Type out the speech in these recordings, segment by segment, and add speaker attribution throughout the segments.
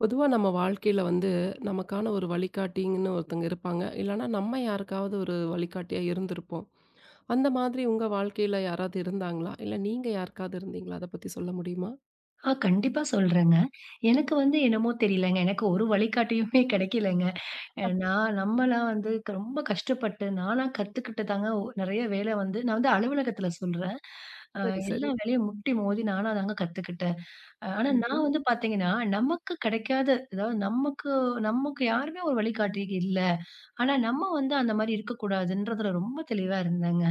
Speaker 1: பொதுவா நம்ம வாழ்க்கையில வந்து, நமக்கான ஒரு வழிகாட்டின்னு ஒருத்தங்க இருப்பாங்க. இல்லன்னா நம்ம யாருக்காவது ஒரு வழிகாட்டியா இருந்திருப்போம். அந்த மாதிரி உங்க வாழ்க்கையில யாராவது இருந்தாங்களா? இல்ல நீங்க யாருக்காவது இருந்தீங்களா? அத பத்தி சொல்ல முடியுமா?
Speaker 2: ஆ கண்டிப்பா சொல்றேங்க. எனக்கு வந்து என்னமோ தெரியலங்க. எனக்கு ஒரு வழிகாட்டியுமே கிடைக்கலங்க. நான் நம்மலாம் வந்து ரொம்ப கஷ்டப்பட்டு நானா கத்துக்கிட்டு தாங்க நெறைய வேலை வந்து நான் வந்து அலுவலகத்தில சொல்றேன். அ
Speaker 1: சரி,
Speaker 2: எல்லா
Speaker 1: சரி.
Speaker 2: வேலையும் முட்டி மோதி நானா தாங்க கத்துக்கிட்டேன். ஆனா நான்
Speaker 1: ம்ஹ்ம்.
Speaker 2: வந்து பார்த்தீங்கன்னா, நமக்கு கிடைக்காத அதாவது நமக்கு நமக்கு யாருமே ஒரு வழிகாட்டி இல்ல. ஆனா நம்ம வந்து அந்த மாரி இருக்கக்கூடாதுன்றதுல ரொம்ப தெளிவா இருந்தேங்க.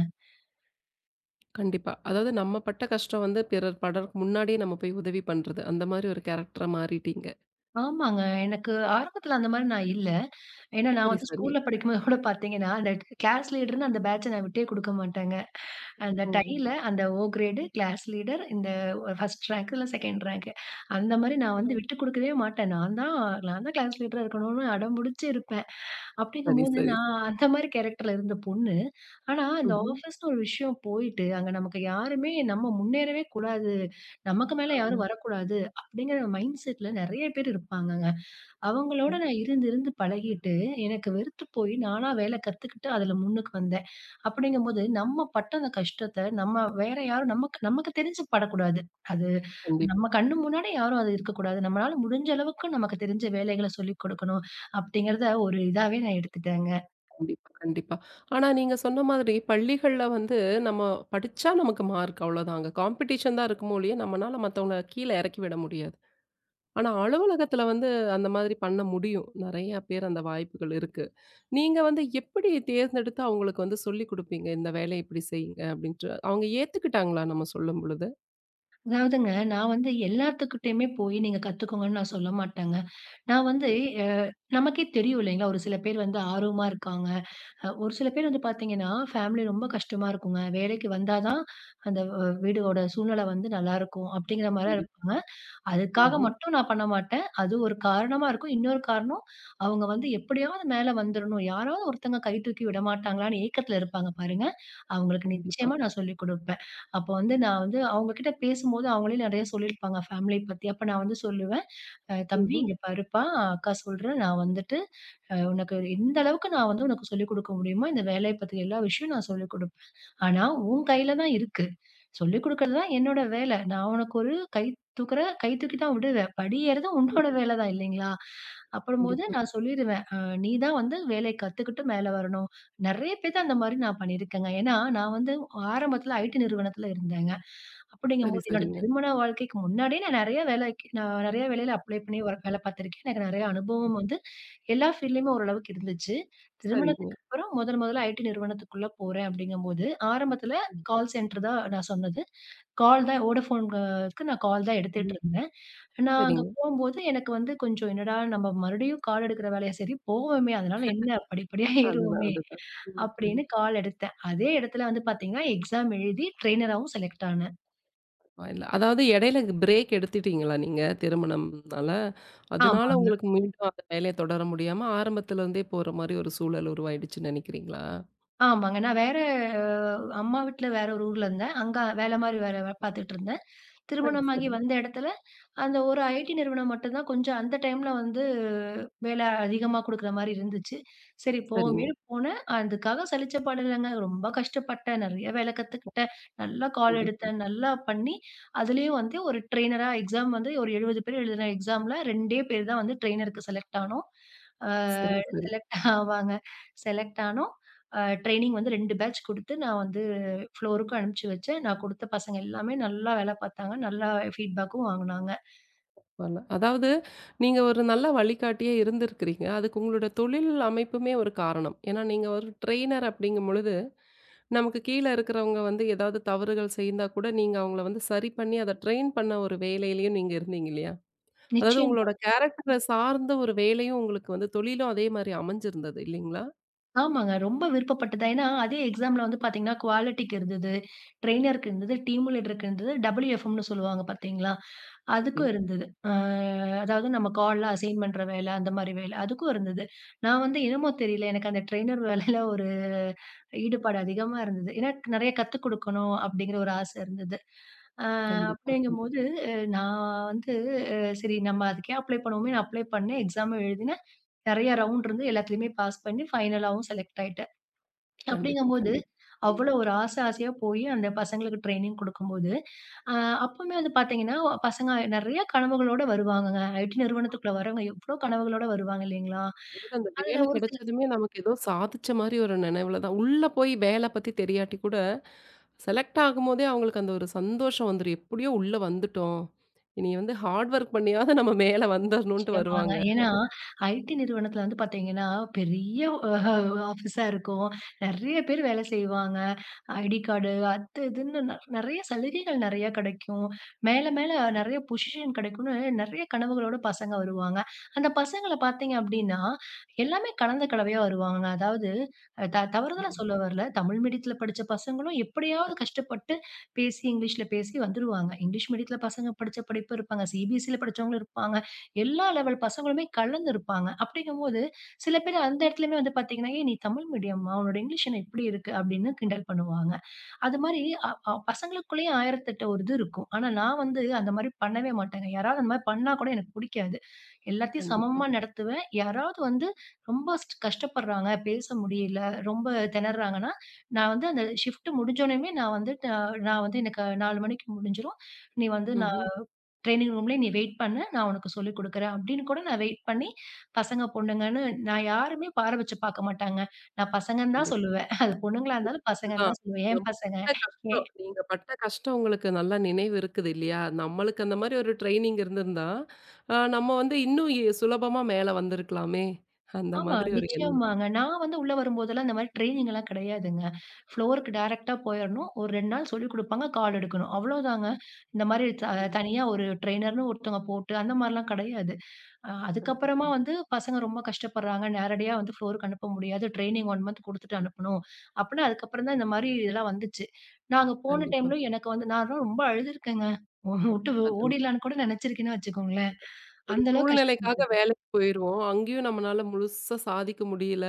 Speaker 1: கண்டிப்பா. அதாவது நம்ம பட்ட கஷ்டம் வந்து பிறர் படறக்கு முன்னாடியே நம்ம போய் உதவி பண்றது. அந்த மாரி ஒரு கேரக்டரா மாறிட்டீங்க.
Speaker 2: ஆமாங்க. எனக்கு ஆரம்பத்துல அந்த மாரி நான் இல்ல. ஏன்னா நான்
Speaker 1: சரி,
Speaker 2: வந்து
Speaker 1: சரி.
Speaker 2: ஸ்கூல்ல படிக்கும்போது கூட பார்த்தீங்கன்னா, அந்த கிளாஸ் லீடர்ன்னு அந்த பேட்ச நான் விட்டே குடுக்க மாட்டேங்க. அந்த
Speaker 1: ஓ!
Speaker 2: டையில அந்த ஓ கிரேடு, கிளாஸ் லீடர், இந்த 1 ரேங்க் இல்ல 2 ரேங்க் அந்த மாரி நான்
Speaker 1: பரவா
Speaker 2: வந்து விட்டு குடுக்கவே மாட்டேன். நான் தான் கிளாஸ் லீடரா இருக்கணும்னு அடம்புடிச்சு இருப்பேன்.
Speaker 1: சரி,
Speaker 2: அப்படிங்கும்போது
Speaker 1: சரி.
Speaker 2: நான் அந்த மாரி கேரக்டர்ல இருந்த பொண்ணு. ஆனா இந்த
Speaker 1: ம்ஹ்ம்.
Speaker 2: ஆஃபீஸ்ன்னு ஒரு விஷயம் போயிட்டு, அங்க நமக்கு யாருமே நம்ம முன்னேறவே கூடாது. நமக்கு மேல
Speaker 1: ஆமா.
Speaker 2: யாரும் வரக்கூடாது அப்படிங்கிற மைண்ட் செட்ல நெறைய பேர் இருப்பாங்கங்க. அவங்களோட நான் இருந்து இருந்து பழகிட்டு, எனக்கு வெறுத்து போய் நானா வேல கத்துக்கிட்டு அதுல முன்னுக்கு வந்தேன். அப்படிங்கும்போது, நம்ம பட்ட அந்த கஷ்டத்த நம்ம வேற யாரும் நமக்கு நமக்கு தெரிஞ்சு படக்கூடாது. அது
Speaker 1: கண்டிப்பா.
Speaker 2: நம்ம கண்ணு முன்னாடி யாரும் அது இருக்கக்கூடாது. நம்மளால முடிஞ்ச அளவுக்கு நமக்கு தெரிஞ்ச வேலைகள சொல்லிக் குடுக்கணும், அப்படிங்கிறத ஒரு இதாவே நான் எடுத்துட்டேங்க.
Speaker 1: கண்டிப்பா, கண்டிப்பா. ஆனா நீங்க சொன்ன மாதிரி பள்ளிகள்ல வந்து நம்ம படிச்சா நமக்கு மார்க் அவ்வளோதான். அங்க காம்படிஷன் தான் இருக்குமோ ஒழிய, நம்மனால மத்தவங்கள கீழ இறக்கி விட முடியாது. ஆனா அலுவலகத்துல வந்து அந்த மாதிரி பண்ண முடியும். நெறைய பேர் அந்த வாய்ப்புகள் இருக்கு. நீங்க வந்து எப்படி தேர்ந்தெடுத்து அவங்களுக்கு வந்து சொல்லிக் குடுப்பீங்க? இந்த வேலைய இப்படி செய்யுங்க அப்படின்ட்டு. அவங்க ஏத்துக்கிட்டாங்களா நம்ம சொல்லும் பொழுது?
Speaker 2: அதாவதுங்க நான் வந்து எல்லாத்துக்கிட்டயுமே போய் நீங்க கத்துக்கோங்கன்னு நான் சொல்ல மாட்டேங்க. நான் வந்து
Speaker 1: சரி.
Speaker 2: அ நமக்கே தெரியும் இல்லைங்களா? ஒரு சில பேர் வந்து ஆர்வமா இருக்காங்க. ஒரு சில பேர் வந்து பார்த்தீங்கன்னா, ஃபேமிலி ரொம்ப கஷ்டமா இருக்குங்க. வேலைக்கு வந்தா தான் அந்த வீடோட சூழ்நிலை வந்து நல்லாயிருக்கும். அப்படிங்கிற மாரிலாம்
Speaker 1: கண்டிப்பா.
Speaker 2: இருப்பாங்க. அதுக்காக
Speaker 1: ம்ஹ்ம்.
Speaker 2: மட்டும் நான் பண்ண மாட்டேன். அது ஒரு காரணமா இருக்கும். இன்னொரு காரணம், அவங்க வந்து எப்படியாவது மேல வந்துரணும். யாராவது ஒருத்தங்க கை தூக்கி விடமாட்டாங்களான்னு ஏக்கத்துல இருப்பாங்க பாருங்க. அவங்களுக்கு
Speaker 1: கண்டிப்பா.
Speaker 2: நிச்சயமா நான் சொல்லிக் குடுப்பேன். அப்போ வந்து நான் வந்து அவங்க கிட்ட பேசும்போது அவங்களே நெறைய சொல்லியிருப்பாங்க ஃபேமிலி பத்தி. அப்ப நான் வந்து சொல்லுவேன், தம்பி
Speaker 1: ம்ஹ்ம்.
Speaker 2: இங்க பாருப்பா, அக்கா சொல்றேன் நான் வந்துட்டு உனக்கு இந்த அளவுக்கு நான் வந்து உனக்கு சொல்லிக் குடுக்க முடியுமோ, இந்த வேலைய பத்தி எல்லா விஷயம் நான் சொல்லிக் குடுப்பேன். ஆனா உன் கையில தான் இருக்கு. சொல்லிக் குடுக்கறது தான் என்னோட வேல. நான் உனக்கு ஒரு கை கை தூக்கி தான் விடுவேன். படி ஏறுறது உன்னோட வேல தான் இல்லைங்களா? அப்படம்போது
Speaker 1: கண்டிப்பா.
Speaker 2: நான் சொல்லிருவேன். நீ தான் வந்து வேலைய கத்துக்கிட்டு மேல வரணும். நெறைய பேத்த அந்த மாரி நான் பண்ணியிருக்கேங்க. ஏன்னா நான் வந்து ஆரம்பத்துல ஐடி நிறுவனத்துல இருந்தேங்க.
Speaker 1: சரி,
Speaker 2: அப்படிங்கும்போது என்னோட
Speaker 1: சரிங்க.
Speaker 2: திருமண வாழ்க்கைக்கு முன்னாடியே நான் நெறைய வேலையில அப்ளை பண்ணி ஒர்க் வேலை பார்த்துருக்கேன். எனக்கு நெறைய அனுபவம் வந்து எல்லா ஃபீல்ட்லயுமே ஓரளவுக்கு இருந்துச்சு.
Speaker 1: சரிங்க.
Speaker 2: திருமணத்துக்கு அப்புறம் முதல் முதல்ல ஐடி நிறுவனத்துக்குள்ள போறேன் அப்படிங்கும்போது, ஆரம்பத்துல
Speaker 1: ம்.
Speaker 2: கால் சென்டர் தான் நான் சொன்னது. கால் தான் வோடஃபோன்க்கு நான் கால் தான் எடுத்துட்டு
Speaker 1: ம்.
Speaker 2: இருந்தேன். நான் அங்க
Speaker 1: சரிங்க.
Speaker 2: போம்போது எனக்கு வந்து கொஞ்சம் என்னடா நம்ம மறுபடியும் கால் எடுக்கிற வேலையா சரி போவோமே அதனால என்ன படிப்படியா
Speaker 1: அதுதான்,
Speaker 2: ஏறுவோமே
Speaker 1: அதுதான். ம், ம்.
Speaker 2: அப்படின்னு கால் எடுத்தேன். அதே இடத்துல வந்து பார்த்தீங்கன்னா, எக்ஸாம் எழுதி ட்ரெய்னராவும் செலக்ட் ஆனேன்.
Speaker 1: இல்ல. அதாவது இடையில பிரேக் எடுத்துட்டீங்களா நீங்க திருமணம்னால? அதனால
Speaker 2: ஆமாங்க,
Speaker 1: உங்களுக்கு மீண்டும் அந்த வேலைய தொடர முடியாம ஆரம்பத்துல இருந்தே போற மாரி ஒரு சூழல் உருவாயிடுச்சுன்னு நெனைக்கிறீங்களா?
Speaker 2: ஆமாங்க. நான் வேற அம்மா வீட்ல வேற ஒரு ஊர்ல இருந்தேன். அங்க வேல மாரி வேற பாத்துட்டு இருந்தேன்.
Speaker 1: சரி,
Speaker 2: திருமணமாகி
Speaker 1: சரி.
Speaker 2: வந்த இடத்துல அந்த ஒரு ஐடி நிறுவனம் மட்டும் தான் கொஞ்சம் அந்த டைம்ல வந்து வேலை அதிகமா குடுக்குற மாரி இருந்துச்சு. சரி
Speaker 1: சரிங்க.
Speaker 2: போவோமேன்னு போனேன். அதுக்காக சலிச்ச பாடு இல்லங்க. ரொம்ப கஷ்டப்பட்டேன். நெறைய வேலை கத்துக்கிட்டேன். நல்லா கால்
Speaker 1: கண்டிப்பா.
Speaker 2: எடுத்தேன். நல்லா பண்ணி, அதுலயும் வந்து ஒரு ட்ரெய்னரா எக்ஸாம் வந்து ஒரு 70 பேர் எழுதின எக்ஸாம்ல 2டே பேர் தான் வந்து ட்ரெய்னருக்கு செலக்ட் ஆனோம். ஆ
Speaker 1: சரி, சரி.
Speaker 2: செலக்ட் ஆவாங்க. செலக்ட் ஆனோம். ட்ரெய்னிங் வந்து 2 பேட்ச் குடுத்து நான் வந்து ஃப்ளோருக்கும் அனுப்பிச்சு வச்சேன். நான் குடுத்த பசங்க எல்லாமே நல்லா வேலை பார்த்தாங்க. நல்லா ஃபீட்பேக்கும் வாங்குனாங்க.
Speaker 1: பரவால்ல. அதாவது நீங்க ஒரு நல்ல வழிகாட்டியா இருந்திருக்கிறீங்க. அதுக்கு உங்களோட தொழில் அமைப்புமே ஒரு காரணம். ஏன்னா நீங்க ஒரு ட்ரெய்னர் அப்படிங்கும் பொழுது, நமக்கு கீழ இருக்கிறவங்க வந்து ஏதாவது தவறுகள் செய்ந்தா கூட, நீங்க அவங்கள வந்து சரி பண்ணி அத ட்ரெயின் பண்ண ஒரு வேலையிலயும் நீங்க இருந்தீங்க இல்லையா? அதாவது
Speaker 2: நிச்சயமா.
Speaker 1: உங்களோட கேரக்டர சார்ந்த ஒரு வேலையும் உங்களுக்கு வந்து தொழிலும் அதே மாரி அமைஞ்சிருந்தது இல்லைங்களா?
Speaker 2: ஆமாங்க. ரொம்ப விருப்பப்பட்டது. ஏன்னா, அதே எக்ஸாம்ல வந்து பார்த்தீங்கன்னா, குவாலிட்டிக்கு இருந்தது, ட்ரெய்னருக்கு இருந்தது, டீம் லீடருக்கு இருந்தது, டபிள்யூஎஃப்எம்ன்னு சொல்லுவாங்க பார்த்தீங்களா?
Speaker 1: அப்படிங்
Speaker 2: அதுக்கும் இருந்தது. அதாவது நம்ம கால்ல அசைன் பண்ற வேலை, அந்த மாரி வேலை. அதுக்கும் இருந்தது. நான் வந்து என்னமோ தெரியல, எனக்கு அந்த ட்ரெய்னர் வேலையில ஒரு ஈடுபாடு அதிகமா இருந்தது. ஏன்னா, நெறைய கத்துக் குடுக்கணும் அப்படிங்கிற ஒரு ஆசை இருந்தது. அ
Speaker 1: கண்டிப்பா, கண்டிப்பா,
Speaker 2: அப்படிங்கும்போது, நான் வந்து அ சரி நம்ம அதுக்கே அப்ளை பண்ணுவோமேன்னு அப்ளை பண்ணேன். எக்ஸாமும் எழுதினேன். நெறைய ரவுண்ட் இருந்து எல்லாத்துலயுமே பாஸ் பண்ணி ஃபைனலாவும் செலக்ட் ஆயிட்டேன்.
Speaker 1: கண்டிப்பா,
Speaker 2: அப்படிங்கும்போது,
Speaker 1: கண்டிப்பா. ம்.
Speaker 2: அவ்வளோ ஒரு ஆசை ஆசையா போயி அந்த பசங்களுக்கு ட்ரெய்னிங் குடுக்கும்போது, அ அப்பவுமே வந்து பார்த்தீங்கன்னா, பசங்க நெறைய கனவுகளோட வருவாங்கங்க. ஐடி நிறுவனத்துக்குள்ள வரவங்க எவ்ளோ கனவுகளோட வருவாங்க இல்லைங்களா?
Speaker 1: அதாவது அந்த
Speaker 2: அதுல
Speaker 1: வேலை
Speaker 2: ஒரு சில
Speaker 1: கிடைச்சதுமே நமக்கு ஏதோ சாதிச்ச மாரி ஒரு நினைவுல தான். உள்ள போய் வேலை பத்தி தெரியாட்டி கூட, செலக்ட் ஆகும்போதே அவங்களுக்கு அந்த ஒரு சந்தோஷம் வந்துரும். எப்படியோ உள்ள வந்துட்டோம். இனி வந்து ஹார்ட் ஒர்க் பண்ணியாவது நம்ம மேல வந்துரணும்ன்ட்டு
Speaker 2: நிச்சயமாங்க.
Speaker 1: வருவாங்க.
Speaker 2: ஏன்னா, ஐடி நிறுவனத்தில வந்து பார்த்தீங்கன்னா, பெரிய அ ஆஃபீஸா இருக்கும். நெறைய பேர் வேலை செய்வாங்க. ஐடி கார்டு அது இதுன்னு நெறைய சலுகைகள் நெறைய கிடைக்கும். மேல மேல நெறைய பொசிஷன் கிடைக்கும்னு நெறைய கனவுகளோட பசங்க வருவாங்க. அந்த பசங்கள பார்த்தீங்க அப்படின்னா, எல்லாமே கலந்த கலவையா வருவாங்க. அதாவது த தவறுதலா சொல்ல வரல. தமிழ் மீடியத்தில படிச்ச பசங்களும் எப்படியாவது கஷ்டப்பட்டு பேசி இங்கிலீஷ்ல பேசி வந்துருவாங்க. இங்கிலீஷ் மீடியத்தில பசங்க படிச்ச படிப்பு இருப்பாங்க. சிபிஎஸ்சில படிச்சவங்களும் இருப்பாங்க. எல்லா லெவல் பசங்களுமே கலந்து இருப்பாங்க. அப்படிங்கும்போது, சில பேர் அந்த இடத்துலயுமே வந்து பார்த்தீங்கன்னா, "ஏய்! நீ தமிழ் மீடியமா? உன்னோட இங்கிலீஷ் என்ன இப்படி இருக்கு?" அப்படின்னு கிண்டல் பண்ணுவாங்க. அது மாரி அ அ பசங்களுக்குள்ளேயே 1008 ஒரு இது இருக்கும். ஆனா நான் வந்து அந்த மாரி பண்ணவே மாட்டேங்க. யாராவது அந்த மாரி பண்ணா கூட எனக்கு புடிக்காது. எல்லாத்தையும்
Speaker 1: கண்டிப்பா.
Speaker 2: சமமா நடத்துவேன். யாராவது வந்து ரொம்ப கஷ்டப்படுறாங்க, பேச முடியல, ரொம்ப திணறாங்கன்னா, நான் வந்து அந்த ஷிஃப்ட் முடிஞ்சோனயுமே நான் வந்து நான் வந்து எனக்கு 4 மணிக்கு முடிஞ்சிரும். "நீ வந்து நான்
Speaker 1: ம்ஹ்ம்.
Speaker 2: ட்ரெய்னிங் ரூம்லயே நீ வெயிட் பண்ணு. நான் உனக்கு சொல்லிக் குடுக்குறேன் அப்படின்னு கூட நான் வெயிட் பண்ணி, பசங்க, பொண்ணுங்கன்னு நான் யாருமே பார வச்சு பாக்க மாட்டாங்க. நான் பசங்கன்னு தான்
Speaker 1: கண்டிப்பா.
Speaker 2: சொல்லுவேன். அது பொண்ணுங்களா இருந்தாலும் பசங்கன்னு
Speaker 1: அதுதான்.
Speaker 2: தான் சொல்லுவேன். என்
Speaker 1: நம்ம
Speaker 2: பசங்க.
Speaker 1: பட்ட
Speaker 2: எ
Speaker 1: கஷ்டம் நீங்க பட்ட கஷ்டம் உங்களுக்கு நல்லா நினைவு இருக்குது இல்லையா? நம்மளுக்கு அந்த மாரி ஒரு ட்ரெய்னிங் இருந்திருந்தா, நம்ம வந்து இன்னும் எ சுலபமா மேல வந்திருக்கலாமே! அந்த
Speaker 2: ஆமா,
Speaker 1: மாதிரி ஒரு எண்ணம்.
Speaker 2: நிச்சயமாங்க. நான் வந்து உள்ள வரும்போதெல்லாம் இந்த மாரி ட்ரெய்னிங் எல்லாம் கிடையாதுங்க. ஃப்ளோருக்கு டைரக்ட்டா போயிரணும். ஒரு 2 நாள் சொல்லிக் குடுப்பாங்க. கால் எடுக்கணும். அவ்வளோதாங்க. இந்த மாரி
Speaker 1: ம்.
Speaker 2: தனியா ஒரு ட்ரெய்னர்ன்னு ஒருத்தவங்க போட்டு அந்த மாரிலாம் கிடையாது. அதுக்கப்புறமா
Speaker 1: கண்டிப்பா,
Speaker 2: வந்து பசங்க ரொம்ப கஷ்டப்படுறாங்க. நேரடியா வந்து ஃப்ளோருக்கு அனுப்ப முடியாது. ட்ரெய்னிங் 1 மந்த் குடுத்துட்டு அனுப்பணும். அப்படீன்னு அதுக்கப்புறம் தான் இந்த மாரி இதெல்லாம் வந்துச்சு. நாங்க போன
Speaker 1: கண்டிப்பா.
Speaker 2: டைம்ல எனக்கு வந்து நான்லாம் ரொம்ப அழுதுருக்கேங்க. உட்டு
Speaker 1: அது
Speaker 2: ஓடிடலான்னு கூட நெனச்சிருக்கேன்னு வச்சுக்கோங்களேன்.
Speaker 1: ஒரு
Speaker 2: அந்த அளவுக்கு
Speaker 1: சூழ்நிலைக்காக
Speaker 2: கஷ்டப்பட்டுருக்கேன்.
Speaker 1: வேலைக்கு போயிருவோம். அங்கேயும் நம்மனால முழுசா சாதிக்க முடியல.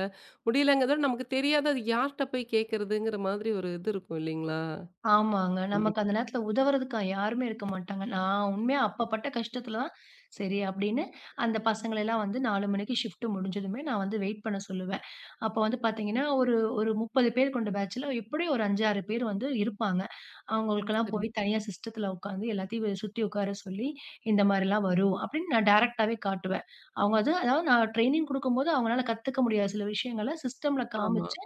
Speaker 1: முடியலங்கிறத விட நமக்கு தெரியாத அது யார்ட்ட போய் கேட்கிறதுங்கிற மாதிரி ஒரு இது இருக்கும் இல்லைங்களா?
Speaker 2: ஆமாங்க. நமக்கு
Speaker 1: கண்டிப்பா.
Speaker 2: அந்த நேரத்துல உதவுறதுக்கு யாருமே இருக்க மாட்டாங்க. நான் உண்மையா அப்ப பட்ட கஷ்டத்துல தான், சரி அப்படின்னு அந்த பசங்களெல்லாம் வந்து 4 மணிக்கு ஷிஃப்ட் முடிஞ்சதுமே நான் வந்து வெயிட் பண்ண சொல்லுவேன். அப்ப வந்து பாத்தீங்கன்னா, ஒரு ஒரு 30 பேர் கொண்ட பேட்ச்ல எப்படியும் ஒரு 5, 6 பேர் வந்து இருப்பாங்க. அவங்களுக்கெல்லாம்
Speaker 1: சரி.
Speaker 2: போய் தனியா சிஸ்டத்துல உட்காந்து எல்லாத்தையும் சுத்தி உட்கார சொல்லி, இந்த மாரிலாம் வரும் அப்படின்னு நான் டைரக்ட்டாவே காட்டுவேன். அவங்க அது அதாவது நான் ட்ரெய்னிங் குடுக்கும்போது அவங்களால கத்துக்க முடியாத சில விஷயங்கள சிஸ்டம்ல
Speaker 1: ஆமா.
Speaker 2: காமிச்சு,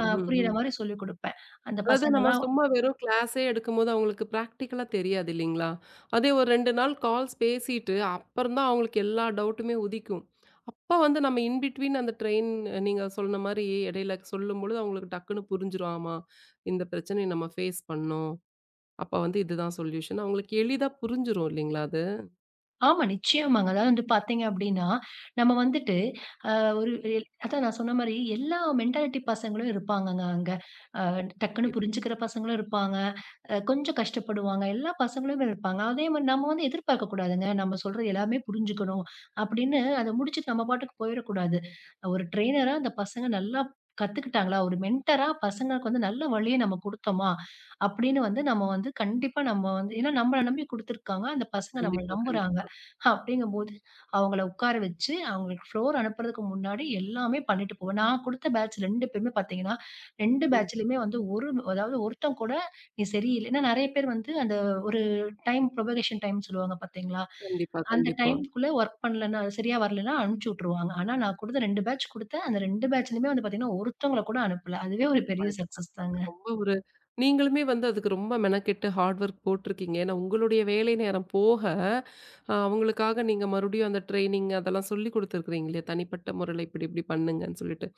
Speaker 1: ம்,
Speaker 2: புரியிற
Speaker 1: ம்.
Speaker 2: மாரி சொல்லிக் குடுப்பேன். அந்த
Speaker 1: அதாவது நம்ம
Speaker 2: பசங்கலாம்
Speaker 1: சும்மா வெறும் கிளாஸே எடுக்கும்போது அவங்களுக்கு பிராக்டிக்கலா தெரியாது இல்லைங்களா? அதே ஒரு 2 நாள் கால்ஸ் பேசிட்டு, அப்புறம் தான் அவங்களுக்கு எல்லா டவுட்டுமே உதிக்கும். அப்ப வந்து நம்ம இன் பிட்வீன் அந்த ட்ரெயின் நீங்க சொன்ன மாரி இடையில சொல்லும்பொழுது அவங்களுக்கு டக்குன்னு புரிஞ்சிரும். ஆமா, இந்த பிரச்சனைய நம்ம ஃபேஸ் பண்ணோம். அப்ப வந்து இதுதான் சொல்யூஷன். அவங்களுக்கு எளிதா புரிஞ்சிரும் இல்லைங்களா அது?
Speaker 2: ஆமா, நிச்சயமாங்க. அதாவது வந்து பார்த்தீங்க அப்டின்னா, நம்ம வந்துட்டு அ ஒரு அதான் நான் சொன்ன மாரி எல்லா மென்டாலிட்டி பசங்களும் இருப்பாங்கங்க அங்க. அ டக்குன்னு புரிஞ்சுக்கிற பசங்களும் இருப்பாங்க. கொஞ்சம் கஷ்டப்படுவாங்க. எல்லா பசங்களுமே இருப்பாங்க. அதே மாரி நம்ம வந்து எதிர்பார்க்கக் கூடாதுங்க. நம்ம சொல்றது எல்லாமே புரிஞ்சுக்கணும் அப்படின்னு அத முடிச்சுட்டு நம்ம பாட்டுக்கு போயிறக்கூடாது. ஒரு ட்ரெய்னரா அந்த பசங்க நல்லா கத்துக்கிட்டாங்களா, ஒரு மென்டரா பசங்களுக்கு வந்து நல்ல வழிய நம்ம குடுத்தோமா அப்படின்னு வந்து நம்ம வந்து கண்டிப்பா நம்ம வந்து ஏன்னா நம்மள நம்பி குடுத்துருக்காங்க. அந்த பசங்க நம்மள
Speaker 1: கண்டிப்பா,
Speaker 2: நம்புறாங்க.
Speaker 1: கண்டிப்பா.
Speaker 2: அப்படிங்கும்போது அவங்கள உட்கார வச்சு, அவங்களுக்கு ஃப்ளோர் அனுப்புறதுக்கு முன்னாடி எல்லாமே பண்ணிட்டு போவேன். நான் குடுத்த பேட்ச் 2 பேருமே பார்த்தீங்கன்னா, 2
Speaker 1: கண்டிப்பா ம்.
Speaker 2: பேட்ச்லயுமே வந்து ஒரு அதாவது ஒருத்தன் கூட நீ சரியில்ல. ஏன்னா நெறைய பேர் வந்து அந்த ஒரு டைம் புரபகேஷன் டைம்ன்னு சொல்லுவாங்க பார்த்தீங்களா?
Speaker 1: கண்டிப்பா,
Speaker 2: அந்த
Speaker 1: கண்டிப்பா.
Speaker 2: டைம்க்குள்ள வொர்க் பண்ணலன்னா, சரியா வரலன்னா அனுப்பிச்சு விட்டுருவாங்க. ஆனா நான் குடுத்த 2 பேட்ச் குடுத்தேன். அந்த 2 பேட்ச்லயுமே வந்து பார்த்தீங்கன்னா, ஒருத்தவங்கள கூட அனுப்பல. அதுவே ஒரு பெரிய சக்சஸ் தாங்க.
Speaker 1: ரொம்ப ஒரு நீங்களுமே வந்து அதுக்கு ரொம்ப மெனக்கெட்டு ஹார்ட் ஒர்க் போட்டிருக்கீங்க. ஏன்னா, உங்களுடைய வேலை நேரம் போக, அவங்களுக்காக நீங்க மறுபடியும் அந்த ட்ரெய்னிங் அதெல்லாம் சொல்லிக் குடுத்துருக்கிறீங்க இல்லையா? தனிப்பட்ட முறையில இப்டி இப்டி பண்ணுங்கன்னு சொல்லிட்டு.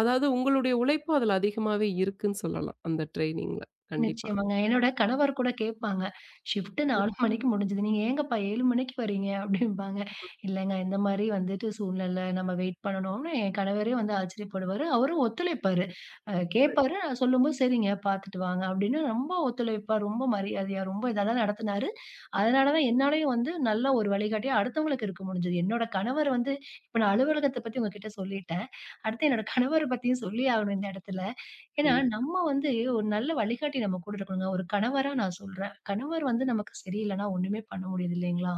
Speaker 1: அதாவது உங்களுடைய உழைப்பு அதுல அதிகமாவே இருக்குன்னு சொல்லலாம். அந்த ட்ரெய்னிங்ல. கண்டிப்பா.
Speaker 2: நிச்சயமாங்க. என்னோட கணவர் கூட கேட்பாங்க. ஷிஃப்ட் 4 மணிக்கு முடிஞ்சுது. நீங்க ஏங்கப்பா 7 மணிக்கு வரீங்க? அப்டிம்பாங்க. இல்லங்க இந்த மாரி வந்துட்டு சூழ்நிலை நம்ம வெயிட் பண்ணணும்னு என் கணவரே வந்து ஆச்சரியப்படுவாரு. அவரும் ஒத்துழைப்பாரு.
Speaker 1: உண்மை.
Speaker 2: கேட்பாரு. நான் சொல்லும்போது சரிங்க பார்த்துட்டு வாங்க அப்டின்னு ரொம்ப ஒத்துழைப்பா, ரொம்ப மரியாதையா, ரொம்ப இதா தான் நடத்துனாரு. அதனால தான் என்னாலயும் வந்து நல்ல ஒரு வழிகாட்டியா அடுத்தவங்களுக்கு இருக்க முடிஞ்சது. என்னோட கணவர் வந்து இப்ப நான் அலுவலகத்த பத்தி உங்ககிட்ட சொல்லிட்டேன். அடுத்து என்னோட கணவர பத்தியும் சொல்லியே ஆகணும் இந்த இடத்துல. ஏன்னா,
Speaker 1: கண்டி-
Speaker 2: நம்ம வந்து ஒரு நல்ல வழிகாட்டி நம்ம கூட இருக்கணுங்க. ஒரு கணவரா நான் சொல்றேன். கணவர் வந்து நமக்கு சரியில்லன்னா ஒண்ணுமே பண்ண முடியாது இல்லைங்களா?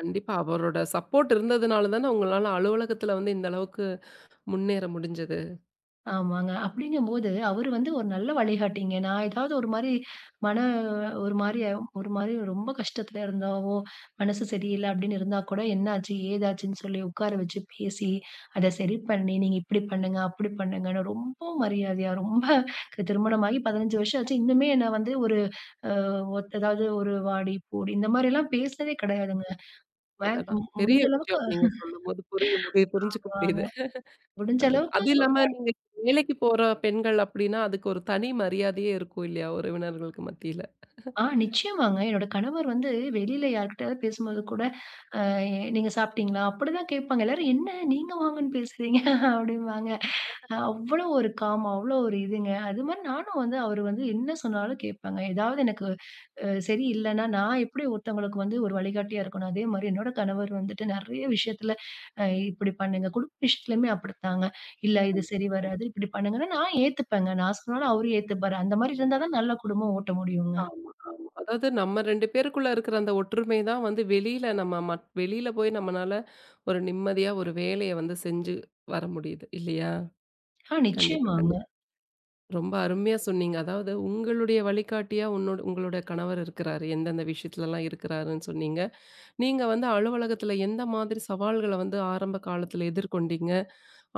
Speaker 1: கண்டிப்பா. அவரோட சப்போர்ட் இருந்ததுனால தானே உங்களால அலுவலகத்துல வந்து இந்த அளவுக்கு முன்னேற முடிஞ்சது.
Speaker 2: ஆமாங்க. அப்படிங்கும்போது அவரு வந்து ஒரு நல்ல வழிகாட்டிங்க. நான் ஏதாவது ஒரு மாரி மன ஒரு மாரி ஒரு மாரி ரொம்ப கஷ்டத்துல இருந்தாவோ, மனசு சரியில்ல அப்படின்னு இருந்தா கூட என்னாச்சு, ஏதாச்சுன்னு சொல்லி உட்கார வச்சு பேசி, அத சரி பண்ணி, நீங்க இப்படி பண்ணுங்க, அப்படி பண்ணுங்கன்னு ரொம்ப மரியாதையா ரொம்ப திருமணமாகி 15 வருஷம் ஆச்சு. இன்னுமே என்ன வந்து ஒரு ஒத்ததாவது ஒரு வாடி, போடி இந்த மாரிலாம் பேசவே கிடையாதுங்க.
Speaker 1: அதெல்லாம்
Speaker 2: மேக்ஸிமம்
Speaker 1: பெரிய
Speaker 2: முடிஞ்ச அளவுக்கு
Speaker 1: விஷயம். நீங்க சொல்லும்போது புரிய முடிய புரிஞ்சுக்க
Speaker 2: வாங்க.
Speaker 1: முடியுது.
Speaker 2: முடிஞ்ச
Speaker 1: அதுதான்.
Speaker 2: அளவுக்கு
Speaker 1: அது இல்லாம நீங்க வேலைக்கு போற பெண்கள் அப்டின்னா, அதுக்கு ஒரு தனி மரியாதையே இருக்கும் இல்லையா? உறவினர்களுக்கு மத்தியில.
Speaker 2: ஆ நிச்சயமாங்க. என்னோட கணவர் வந்து வெளியில யார்கிட்டயாவது பேசும்போது கூட, "அ நீங்க சாப்பிட்டீங்களா?" அப்படிதான் கேட்பாங்க. எல்லாரும், "என்ன நீங்க வாங்கன்னு பேசுறீங்க?" அப்படிம்பாங்க. அவ்ளோ ஒரு காம், அவ்ளோ ஒரு இதுங்க. அதுமாரி நானும் வந்து அவரு வந்து என்ன சொன்னாலும் கேட்பேங்க. ஏதாவது எனக்கு சரி இல்லன்னா, நான் எப்படி ஒருத்தவங்களுக்கு வந்து ஒரு வழிகாட்டியா இருக்கனோ, அதேமாரி என்னோட கணவர் வந்துட்டு நெறைய விஷயத்துல அ இப்படி பண்ணுங்க. குடும்ப விஷயத்துலயுமே அப்படித்தாங்க. இல்ல இது
Speaker 1: கண்
Speaker 2: சரி வராது, இப்படி பண்ணுங்கன்னா நான் ஏத்துப்பேங்க. நான் சொன்னாலும் அவரு ஏத்துப்பாரு. அந்த மாரி இருந்தா தான் நல்ல குடும்பம் ஓட்ட முடியுங்க.
Speaker 1: ஆமா, ஆமா. அதாவது நம்ம 2 பேருக்குள்ள இருக்கிற அந்த ஒற்றுமை தான் வந்து வெளியில நம்ம மத் வெளியில போய் நம்மனால ஒரு நிம்மதியா ஒரு வேலைய வந்து செஞ்சு வர முடியுது இல்லையா?
Speaker 2: ஆ
Speaker 1: கண்டிப்பா,
Speaker 2: நிச்சயமாங்க.
Speaker 1: கண்டிப்பா. ரொம்ப அருமையா சொன்னீங்க. அதாவது உங்களுடைய வழிகாட்டியா உன்னோட உங்களுடைய கணவர் இருக்கிறாரு. எந்தெந்த விஷயத்துலலாம் இருக்கிறாருன்னு சொன்னீங்க. நீங்க வந்து அலுவலகத்துல எந்த மாதிரி சவால்கள வந்து ஆரம்ப காலத்துல எதிர்கொண்டீங்க?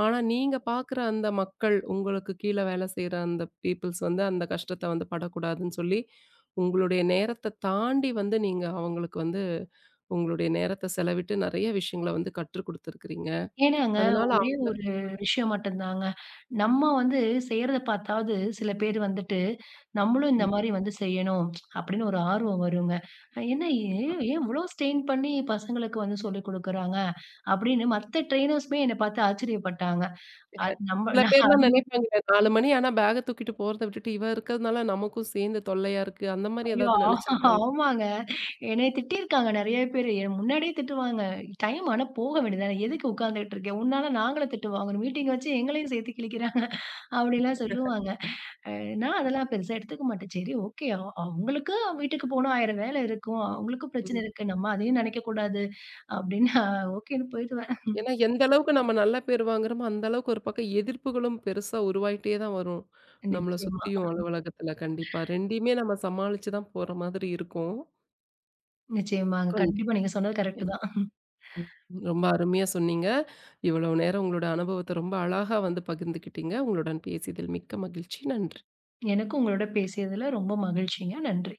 Speaker 1: ஆனா, நீங்க பார்க்குற அந்த மக்கள், உங்களுக்கு கீழ வேலை செய்ற அந்த பீப்பிள்ஸ் வந்து அந்த கஷ்டத்த வந்து படக்கூடாதுன்னு சொல்லி, உங்களுடைய நேரத்த தாண்டி வந்து நீங்க அவங்களுக்கு வந்து உங்களுடைய நேரத்த செலவிட்டு நெறைய விஷயங்கள வந்து கற்றுக் குடுத்துருக்கிறீங்க.
Speaker 2: ஏன்னாங்க,
Speaker 1: அதனால
Speaker 2: ஒரே
Speaker 1: அவங்க
Speaker 2: ஒரு விஷயம் மட்டும் தாங்க. நம்ம வந்து செய்றத பாத்தாவது சில பேர் வந்துட்டு, நம்மளும் இந்த
Speaker 1: ம்.
Speaker 2: மாரி வந்து செய்யணும் அப்படின்னு ஒரு ஆர்வம் வருங்க. என்ன ஏன் ஏன் இவ்ளோ ஸ்ட்ரெயின் பண்ணி பசங்களுக்கு வந்து சொல்லிக் குடுக்குறாங்க? அப்படின்னு மத்த ட்ரெய்னர்ஸுமே என்ன பாத்து ஆச்சரியப்பட்டாங்க. அது நம்ம
Speaker 1: சில
Speaker 2: நான்
Speaker 1: பேர்லாம் நெனைப்பாங்க 4 மணி ஆனா பேக்க தூக்கிட்டு போறத விட்டுட்டு, இவ இருக்கிறதுனால நமக்கும் சேர்ந்து தொல்லையா இருக்கு. அந்த மாரி
Speaker 2: ஐயோ!
Speaker 1: ஏதாவது நெனைச்சிருக்காங்க?
Speaker 2: ஆமாங்க. என்னைய திட்டியிருக்காங்க நெறைய பேரு. என்ன முன்னாடியே திட்டுவாங்க. டைம் ஆனா போக வேண்டியதுதானே. எதுக்கு உட்கார்ந்துட்டு இருக்க? உன்னால நாங்களும் திட்டு வாங்குறோம். மீட்டிங் வச்சு எங்களையும் சேத்து கிழிக்கிறாங்க. அப்படிலாம் சொல்லுவாங்க. அ நான் அதெல்லாம் பெருசா எடுத்துக்க மாட்டேன். சரி ஓகே. அவங்களுக்கு வீட்டுக்கு போனா 1000 வேலை இருக்கும். அவங்களுக்கும் பிரச்சனை இருக்கு. நம்ம அதையும் நினைக்கக்கூடாது அப்படின்னு ஓகேன்னு போயிடுவேன்.
Speaker 1: ஏன்னா, எந்த அளவுக்கு நம்ம நல்ல பேர் வாங்குறோமோ, அந்த அளவுக்கு ஒரு பக்கம் எதிர்ப்புகளும் பெருசா உருவாயிட்டே தான் வரும். நம்மள
Speaker 2: நிச்சயமா,
Speaker 1: சுத்தியும் அலுவலகத்துல கண்டிப்பா. 2யுமே நம்ம சமாளிச்சு தான் போற மாதிரி இருக்கும்.
Speaker 2: நிச்சயமாங்க.
Speaker 1: கண்டிப்பா.
Speaker 2: கண்டிப்பா நீங்க சொன்னது
Speaker 1: எஸ்.
Speaker 2: கரெக்ட்டு தான்.
Speaker 1: ம். ம். ரொம்ப அருமையா சொன்னீங்க. இவ்வளவு நேரம் உங்களோட அனுபவத்த ரொம்ப அழகா வந்து பகிர்ந்துக்கிட்டீங்க. உங்களுடன் பேசியதில் மிக்க மகிழ்ச்சி. நன்றி.
Speaker 2: எனக்கும் உங்களோட பேசியதுல ரொம்ப மகிழ்ச்சிங்க. நன்றி.